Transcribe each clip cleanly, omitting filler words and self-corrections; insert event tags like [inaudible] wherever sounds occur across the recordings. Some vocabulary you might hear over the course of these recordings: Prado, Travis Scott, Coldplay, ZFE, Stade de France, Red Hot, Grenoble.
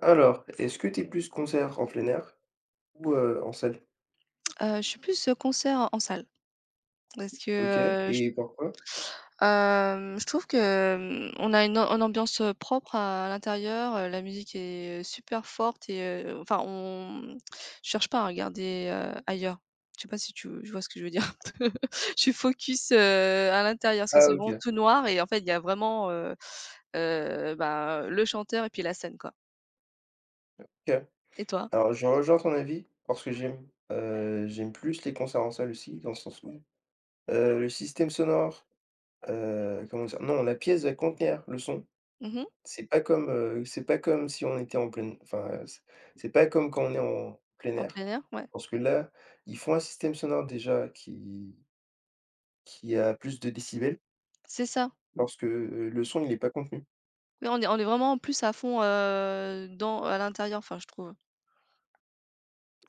Alors, est-ce que tu es plus concert en plein air ou en salle? Je suis plus, concert en salle parce OK que, heu, j et pourquoi? Je trouve que, on a une ambiance, propre à l'intérieur, la musique est, super forte et enfin on je cherche pas à regarder, ailleurs. Je sais pas si tu vois ce que je veux dire? [laughs] Je suis focus, à l'intérieur parce que Ah c'est vraiment OK, tout noir et en fait, il y a vraiment, bah, le chanteur et puis la scène, quoi. OK. Et toi? Alors je rejoins ton avis parce que j'aime plus les concerts en salle aussi dans le sens où, le système sonore, comment dire? Non, la pièce va contenir le son. Mmh. C'est pas comme si on était enfin, c'est pas comme quand on est en plein En air. plein air, ouais. Parce que là, ils font un système sonore déjà qui a plus de décibels C'est ça. parce que, le son il est pas contenu. Oui, on est vraiment en plus à fond, dans à l'intérieur, enfin je trouve.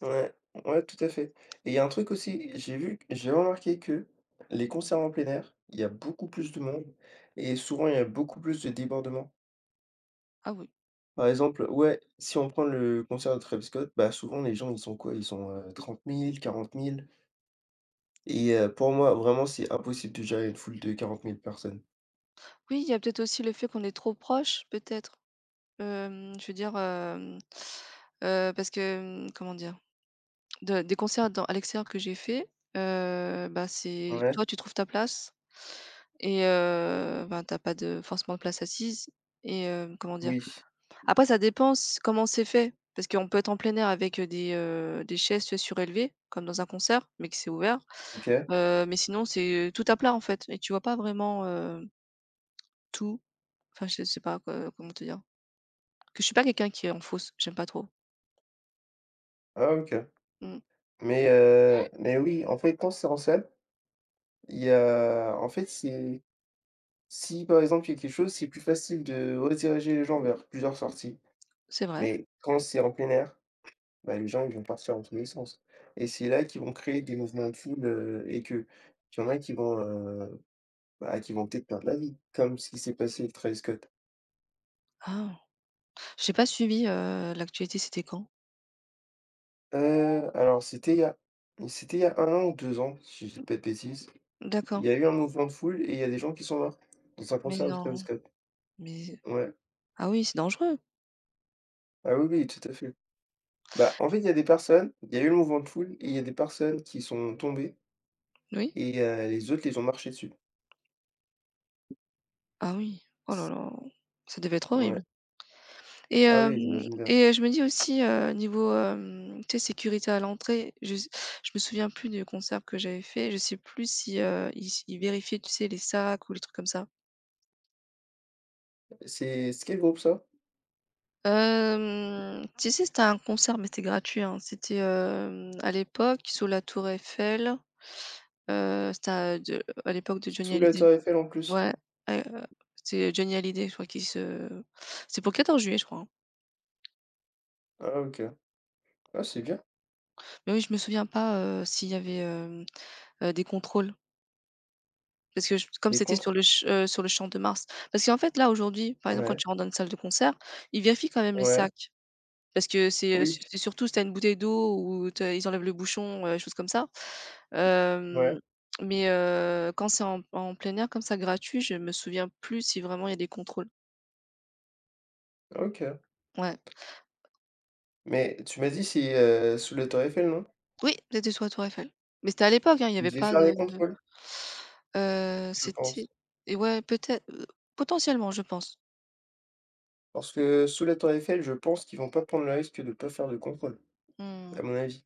Ouais, ouais, tout à fait. Et il y a un truc aussi, j'ai remarqué que les concerts en plein air, il y a beaucoup plus de monde et souvent il y a beaucoup plus de débordements. Ah oui. Par exemple, ouais, si on prend le concert de Travis Scott, bah souvent les gens ils sont quoi? Ils sont 30 000, 40 000. Et pour moi, vraiment, c'est impossible de gérer une foule de 40 000 personnes. Oui, il y a peut-être aussi le fait qu'on est trop proche, peut-être, je veux dire, parce que, comment dire? De des concerts dans à l'extérieur que j'ai fait, bah, c'est Ouais, toi tu trouves ta place et ben, tu pas de forcément de place assise et comment dire? oui, Après ça dépend c comment c'est fait, parce qu'on peut être en plein air avec, des chaises surélevées comme dans un concert, mais que c'est ouvert. OK. Mais sinon, c'est, tout à plat, en fait et tu vois pas vraiment, tout. Enfin, je sais pas co comment te dire? Que je suis pas quelqu'un qui est en fausse, j'aime pas trop. Ah, OK. Mmh, Mais oui, en fait, quand c'est en salle, il y a. En fait, c'est. Si par exemple il y a quelque chose, c'est plus facile de rediriger les gens vers plusieurs sorties. c'est vrai. Mais quand c'est en plein air, bah, les gens ils vont partir dans tous les sens. Et c'est là qu'ils vont créer des mouvements de foule, et que qu'il y en a qui vont, bah, qui vont peut-être perdre la vie, comme ce qui s'est passé avec Travis Scott. Ah! J'ai pas suivi, l'actualité, c'était quand? Alors c'était il y a c'était il y a un an ou 2 ans, si je dis pas de bêtises. Il D'accord. y a eu un mouvement de foule et il y a des gens qui sont morts dans un Mais concert de Travis non, Scott. mais Ouais. ah oui, c'est dangereux. Ah oui, oui, tout à fait. Bah, en fait, il y a eu le mouvement de foule et il y a des personnes qui sont tombées. Oui. Et les autres les ont marché dessus. Ah oui. Oh là là, ça devait être Ouais. horrible et Ah oui, hem j'imagine bien. et je me dis aussi, niveau, tu sais, sécurité à l'entrée, je me souviens plus du concert que j'avais fait. Je sais plus si, ils vérifiaient, tu sais, les sacs ou les trucs comme ça. C'est skate groupe ça? Tu sais, c'était un concert, mais c'était gratuit, hein. C'était, à l'époque sous la tour Eiffel, c'était à l'époque de Johnny Sous la Hallyday. tour Eiffel en plus? Ouais, heu, c'est Johnny Hallyday, je crois qu'il se c'est pour le 14 juillet, je crois, hein. Ah OK. Ah c'est bien. Mais oui, je me souviens pas, s'il y avait, des contrôles parce que je comme Les c'était sur contres? le ch sur le Champ de Mars. Parce qu'en fait, là, aujourd'hui, par exemple, quand Ouais, tu rentres dans une salle de concert, ils vérifient quand même les ouais, sacs parce que oui, c'est surtout si tu as une bouteille d'eau ou tu ils enlèvent le bouchon, choses comme ça. ouais, Hem, mais Quand c'est en plein air comme ça gratuit, je me souviens plus si vraiment il y a des contrôles. OK. Ouais. Mais tu m'as dit c'est, sous la tour Eiffel, non? Oui, c'était sur la tour Eiffel. Mais c'était à l'époque, hein, il y Ils avait devaient pas faire de des contrôles, je pense. c'était et ouais, peut-être, potentiellement, je pense. Parce que sous la tour Eiffel, je pense qu'ils vont pas prendre le risque de pas faire de contrôle, à Mmh, mon avis.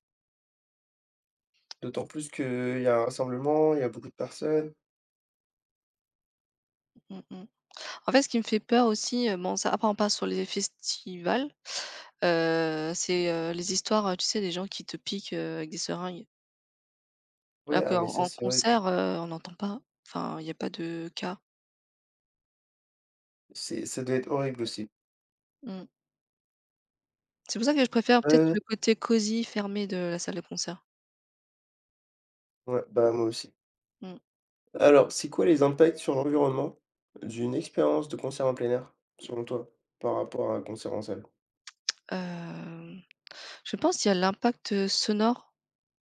D'autant plus qu'il y a un rassemblement, il y a beaucoup de personnes. mmh mh. En fait, ce qui me fait peur aussi, bon ça après on passe sur les festivals, les histoires, tu sais, des gens qui te piquent, avec des seringues. Ouais, Alors ah qu'en mais ça en c'est horrible. concert, on n'entend pas, enfin, il y a pas de cas. C'est ça doit être horrible aussi. Mmh. C'est pour ça que je préfère Ouais, ouais, peut-être ouais. le côté cosy, fermé de la salle de concert. Ouais, bah moi aussi. Mmh. Alors, c'est quoi les impacts sur l'environnement d'une expérience de concert en plein air, selon toi, par rapport à un concert en salle? Hem, je pense qu'il y a l'impact, sonore,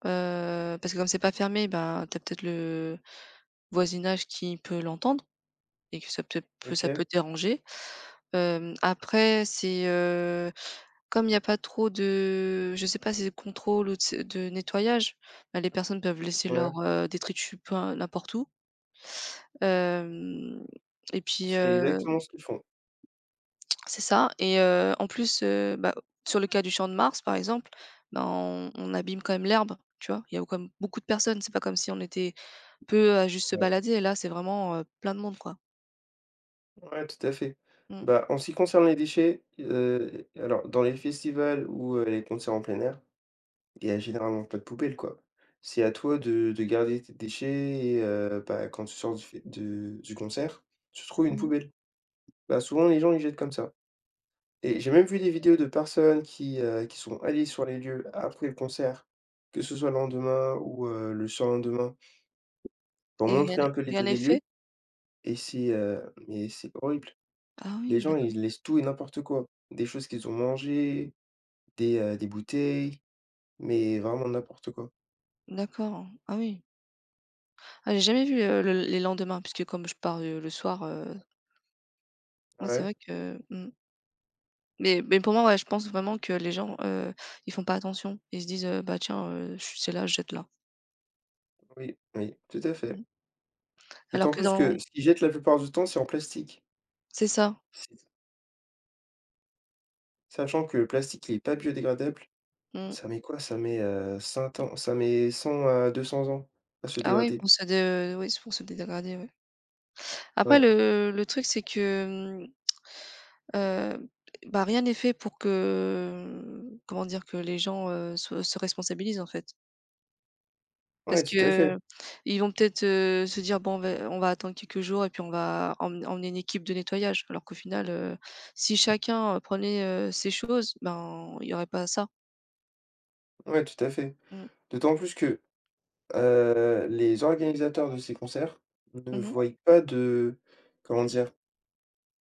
parce que comme c'est pas fermé, ben, tu as peut-être le voisinage qui peut l'entendre et que ça OK, peut déranger. Après comme il y a pas trop de je sais pas, c'est de contrôle ou de nettoyage, bah, les personnes peuvent laisser ouais, leurs, détritus peu n'importe où. Hem Et puis, c'est exactement ce qu'ils font. c'est ça et en plus, bah, sur le cas du Champ de Mars, par exemple, ben, on abîme quand même l'herbe, tu vois? Il y a quand même beaucoup de personnes, c'est pas comme si on était peu à juste se Ouais. balader. Et là, c'est vraiment, plein de monde, quoi. Ouais, tout à fait. Mmh. Bah, en ce qui concerne les déchets, alors dans les festivals ou, les concerts en plein air, il y a généralement pas de poubelle, quoi. C'est à toi de garder tes déchets et bah, quand tu sors du fé de du concert, tu trouves une Mmh. poubelle. Bah, souvent les gens ils jettent comme ça. Et j'ai même vu des vidéos de personnes qui sont allées sur les lieux après le concert, que ce soit le lendemain ou, le surlendemain, pour Et rien montrer n'est un peu rien l'état n'est des lieux fait? Mais c'est horrible. Ah Les oui, gens, d'accord. ils laissent tout et n'importe quoi. Des choses qu'ils ont mangées, des bouteilles, mais vraiment n'importe quoi. D'accord. Ah oui. Ah, j'ai jamais vu, le les lendemains puisque comme je pars, le soir, Ah ouais, c'est ouais, vrai que mmh. Mais pour moi, ouais, je pense vraiment que les gens, ils font pas attention. Ils se disent, «Bah, tiens, ch c'est là, je jette là». oui, oui, tout à fait. Mmh. Alors D'autant que plus dans... que ce qu'ils jettent la plupart du temps, c'est en plastique. C'est ça. C'est sachant que le plastique, il est pas biodégradable, Mmh. ça met quoi? Ça met, 5 ans, ça met 100 à 200 ans à se Ah oui, dégrader. pour se dé oui, c'est pour se dégrader, ouais. Après Ouais, le truc, c'est que, heu, bah, rien n'est fait pour que, mmh, comment dire? Que les gens, se responsabilisent, en fait. ouais, Parce tout à que fait, ils vont peut-être, se dire: «Bon, on va attendre quelques jours et puis on va emmener une équipe de nettoyage». Alors qu'au final, si chacun, prenait, ses choses, ben, il y aurait pas ça. ouais, tout à fait. Mmh. D'autant plus que, les organisateurs de ces concerts ne Mmh. voient pas de comment dire?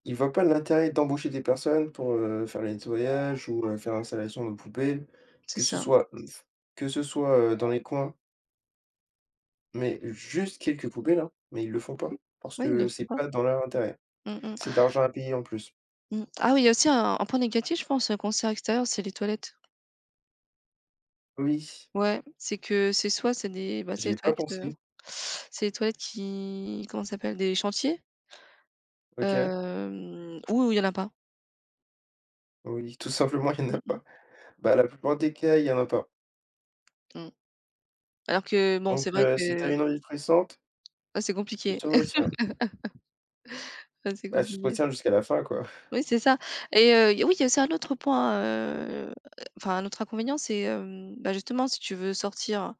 Ils voient pas l'intérêt d'embaucher des personnes pour, faire le nettoyage ou, faire l'installation de poubelles, C'est que ce ça. soit que ce soit, dans les coins, mais juste quelques poubelles, hein, mais ils le font pas parce Oui, ils le que font c'est pas. pas dans leur intérêt. Mmh mh. C'est de l'argent à payer en plus. Mmh. Ah oui, il y a aussi un point négatif, je pense, un concert extérieur, c'est les toilettes. Oui, Ouais, c'est que c'est soit c'est des bah, j'y ai pas pensé. c'est les toilettes qui comment ça s'appelle? Des chantiers, OK, ou il y en a pas. oui, tout simplement, [laughs] il y en a Mmh pas. Bah, la plupart des cas, il y en a pas. mh, mmh. Alors que bon, Donc c'est vrai si tu as que une envie pressante, ah, c'est tu te compliqué, [laughs] retiens. ah, c'est Bah, tu te compliqué. retiens jusqu'à la fin, quoi. Oui, c'est ça et y oui, il y a aussi un autre point, enfin, un autre inconvénient, bah, justement, si tu veux sortir,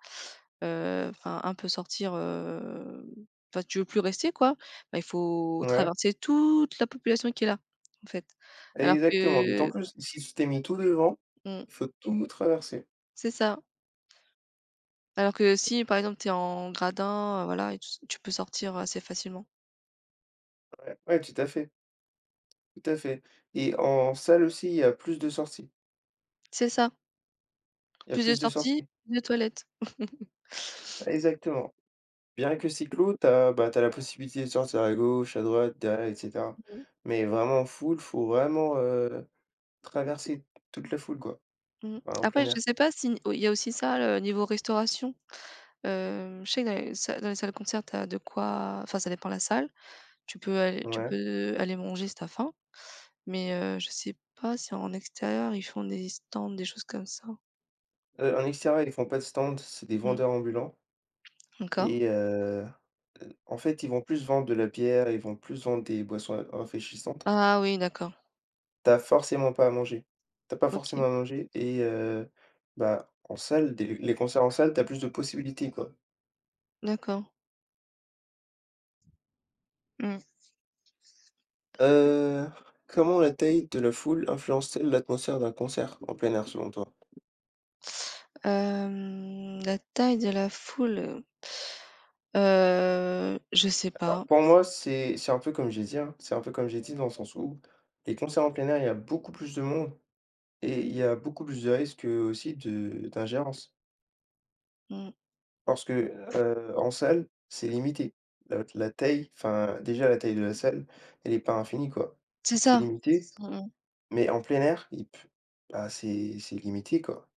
enfin, un peu sortir, enfin, tu veux plus rester, quoi, bah, il faut Ouais, traverser toute la population qui est là, en fait. Alors exactement, d'autant que plus si tu t'es mis tout devant, mmh. il faut tout traverser. C'est ça. Alors que si, par exemple, tu es en gradin, voilà et tu peux sortir assez facilement. Ouais, ouais, tout à fait et en salle aussi, il y a plus de sorties, C'est ça. il y a Plus de plus de sorties, sorties. plus de toilettes. Exactement. Bien que cyclo, tu as la possibilité de sortir à gauche, à droite, derrière et cetera. Mmh. Mais vraiment en foule, faut vraiment, traverser toute la foule, quoi, Mmh. enfin, en plein Après, je air. sais pas si il y a aussi ça, le niveau restauration. Je sais que dans les salles de concert, t'as de quoi enfin, ça dépend de la salle. Tu Ouais. peux aller manger si t'as faim, mais je sais pas si en extérieur, ils font des stands, des choses comme ça. En extérieur, ils font pas de stand, c'est des Mmh. vendeurs ambulants D'accord. et en fait, ils vont plus vendre de la bière, ils vont plus vendre des boissons ra rafraîchissantes. Ah oui, d'accord. T'as forcément pas à manger. T'as pas forcément OK. à manger et bah, en salle, des les concerts en salle, t'as plus de possibilités, quoi. D'accord. Mmh. Heu, Comment la taille de la foule influence-t-elle l'atmosphère d'un concert en plein air, selon toi? La taille de la foule, je sais Alors, pas. pour moi, c'est un peu comme j'ai dit, hein, c'est un peu comme j'ai dit dans le sens où les concerts en plein air, il y a beaucoup plus de monde et il y a beaucoup plus de risques, aussi de d'ingérence. Mmh. Parce que, en salle, c'est limité. La taille, enfin, déjà la taille de la salle, elle n'est pas infinie, quoi. C'est C'est ça. limité, Mmh mh. mais en plein air, il peut bah, c'est limité, quoi.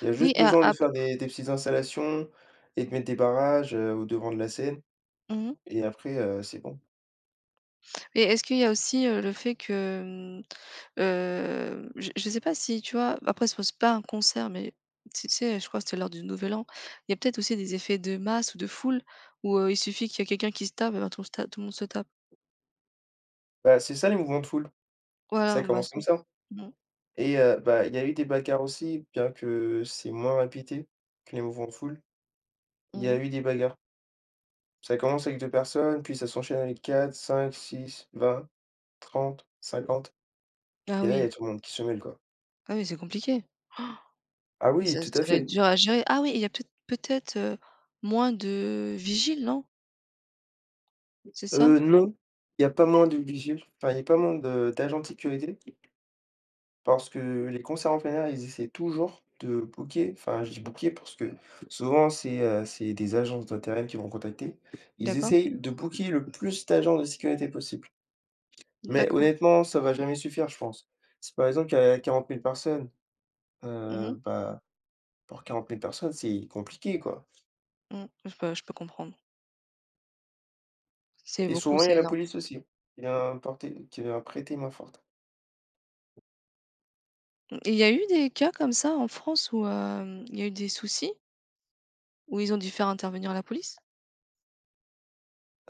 Il y a Oui juste et a besoin de ap faire des petites installations et de mettre des barrages, au devant de la scène mmh et après, c'est bon. et est-ce qu'il y a aussi, le fait que, je sais pas si tu vois? Après c'est pas un concert, mais tu sais, je crois que c'était lors du Nouvel An. Il y a peut-être aussi des effets de masse ou de foule où, il suffit qu'il y a quelqu'un qui se tape, et ben tout le monde se tape. Bah, c'est ça les mouvements de foule, ça Voilà, bah commence comme ça. ça Mmh. et bah, il y a eu des bagarres aussi, bien que c'est moins répété que les mouvements de foule, il y a Mmh. eu des bagarres. Ça commence avec 2 personnes, puis ça s'enchaîne avec quatre, cinq, six, vingt, trente, cinquante, Ah et là, il y a oui. tout le monde qui se mêle, quoi. Ah oui, c'est compliqué. Ah oui, Ça tout à ça doit être fait. dur à gérer. Ah oui, il y a peut-être, moins de vigiles, non? C'est ça? Non, il y a pas moins de vigiles, enfin, il y a pas moins de d'agents de sécurité parce que les concerts en plein air, ils essaient toujours de booker, enfin, je dis booker parce que souvent c'est des agences d'intérim qui vont contacter. Ils D'accord, essayent de booker le plus d'agents de sécurité possible, mais d'accord. honnêtement, ça va jamais suffire, je pense. Si par exemple il y a 40 000 personnes, Mmh mh, bah. Pour 40 000 personnes, c'est compliqué, quoi. mmh. Je peux comprendre. C'est Et beaucoup, souvent, il y a c'est la énorme. police aussi, qui vient prêter main-forte. Mmh. Et il y a eu des cas comme ça en France où, il y a eu des soucis? Où ils ont dû faire intervenir la police?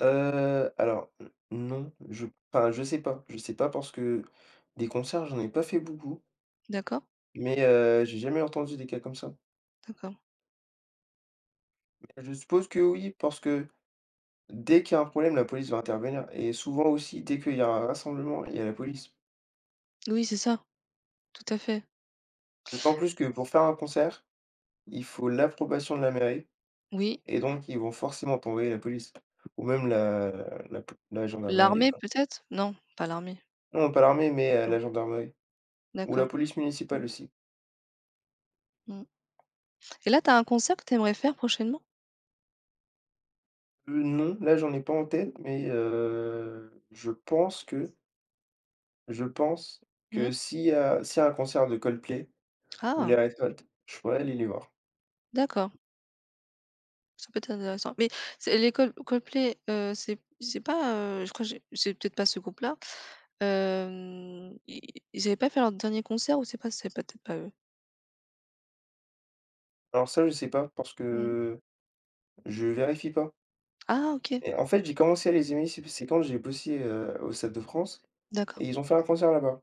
Alors, n non, je enfin, je sais pas. Je sais pas parce que des concerts, j'en ai pas fait beaucoup, D'accord, mais j'ai jamais entendu des cas comme ça. d'accord. Mais je suppose que oui, parce que dès qu'il y a un problème, la police va intervenir et souvent aussi, dès qu'il y a un rassemblement, il y a la police. Oui, c'est ça, tout à fait. D'autant plus que pour faire un concert, il faut l'approbation de la mairie Oui. et donc ils vont forcément t'envoyer la police ou même la la gendarmerie. L'armée peut-être? Non, pas l'armée. Non, pas l'armée, mais Non, la gendarmerie ou la d'accord. police municipale aussi. Mmh. Et là, tu as un concert que tu aimerais faire prochainement? Non, là, j'en ai pas en tête, mais je pense que je pense Mmh. s'il y a un concert de Coldplay ou les Ah! Red Hot, je pourrais aller les voir. D'accord. Ça peut être intéressant. Mais c'est les Coldplay, c'est pas, je crois que j'ai c'est peut-être pas ce groupe-là. Hem, i Ils avaient pas fait leur dernier concert ou c'est peut-être pas eux? Alors ça, je sais pas parce Mmh. que je vérifie pas. Ah OK, Et en fait, j'ai commencé à les aimer, c'est quand j'ai bossé, au Stade de France d'accord. et ils ont fait un concert là-bas.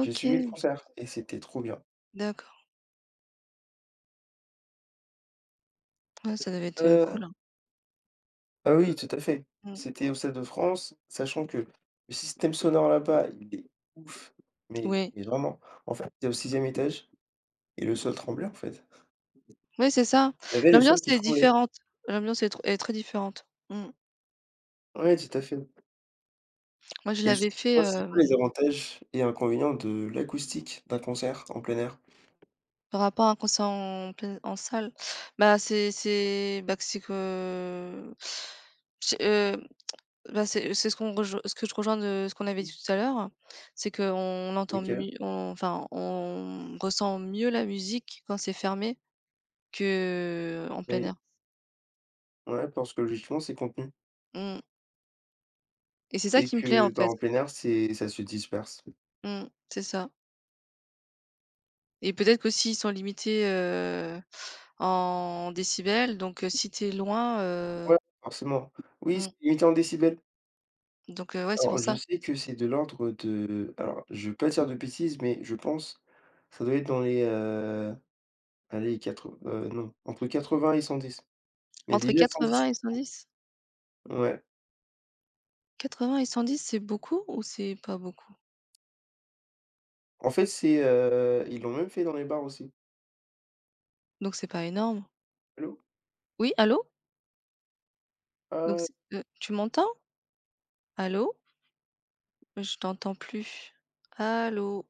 J'ai suivi le concert et c'était trop bien. d'accord. Ouais, ça devait être, Heu, cool, hein. ah oui, tout à fait. Mmh. C'était au Stade de France, sachant que le système sonore là-bas, il est ouf, Oui. mais vraiment. En fait, tu es au sixième étage et le sol tremblait, en fait. Oui, c'est ça. Il y avait le sol L'ambiance qui est tremblait. différente. L'ambiance est tr est très différente. Mmh. Ouais, tout à fait. Moi, je Et selon l'avais fait, toi, c'est quoi les avantages et inconvénients de l'acoustique d'un concert en plein air? par rapport à un concert en salle. Bah, c'est bah, c'est que Bah, c'est ce qu'on rejoint ce que je rejoins de ce qu'on avait dit tout à l'heure, c'est qu'on entend OK. mieux on enfin, on ressent mieux la musique quand c'est fermé que en plein Oui. air. Ouais, parce que logiquement, c'est contenu. Mmh. Et c'est ça Et qui me plaît, que, en bah, fait. en plein air, c'est ça se disperse. Mmh, c'est ça et peut-être qu'aussi ils sont limités, en décibels donc si t'es loin, Ouais, forcément. Oui, c'est mmh, limité en décibels. donc ouais, c'est pour Alors, je ça. sais que c'est de l'ordre de alors, je veux pas dire de bêtises, mais je pense, ça doit être dans les, allez, quatre non, entre 80 et 110. Mais Entre déjà 110 80 c'est et 110? fou. Ouais. 80 et 110, c'est beaucoup ou c'est pas beaucoup? En fait, ils l'ont même fait dans les bars aussi. Donc c'est pas énorme? Allô? Oui, allô? Donc c'est Ah tu m'entends? Allô? Je t'entends plus. Allô?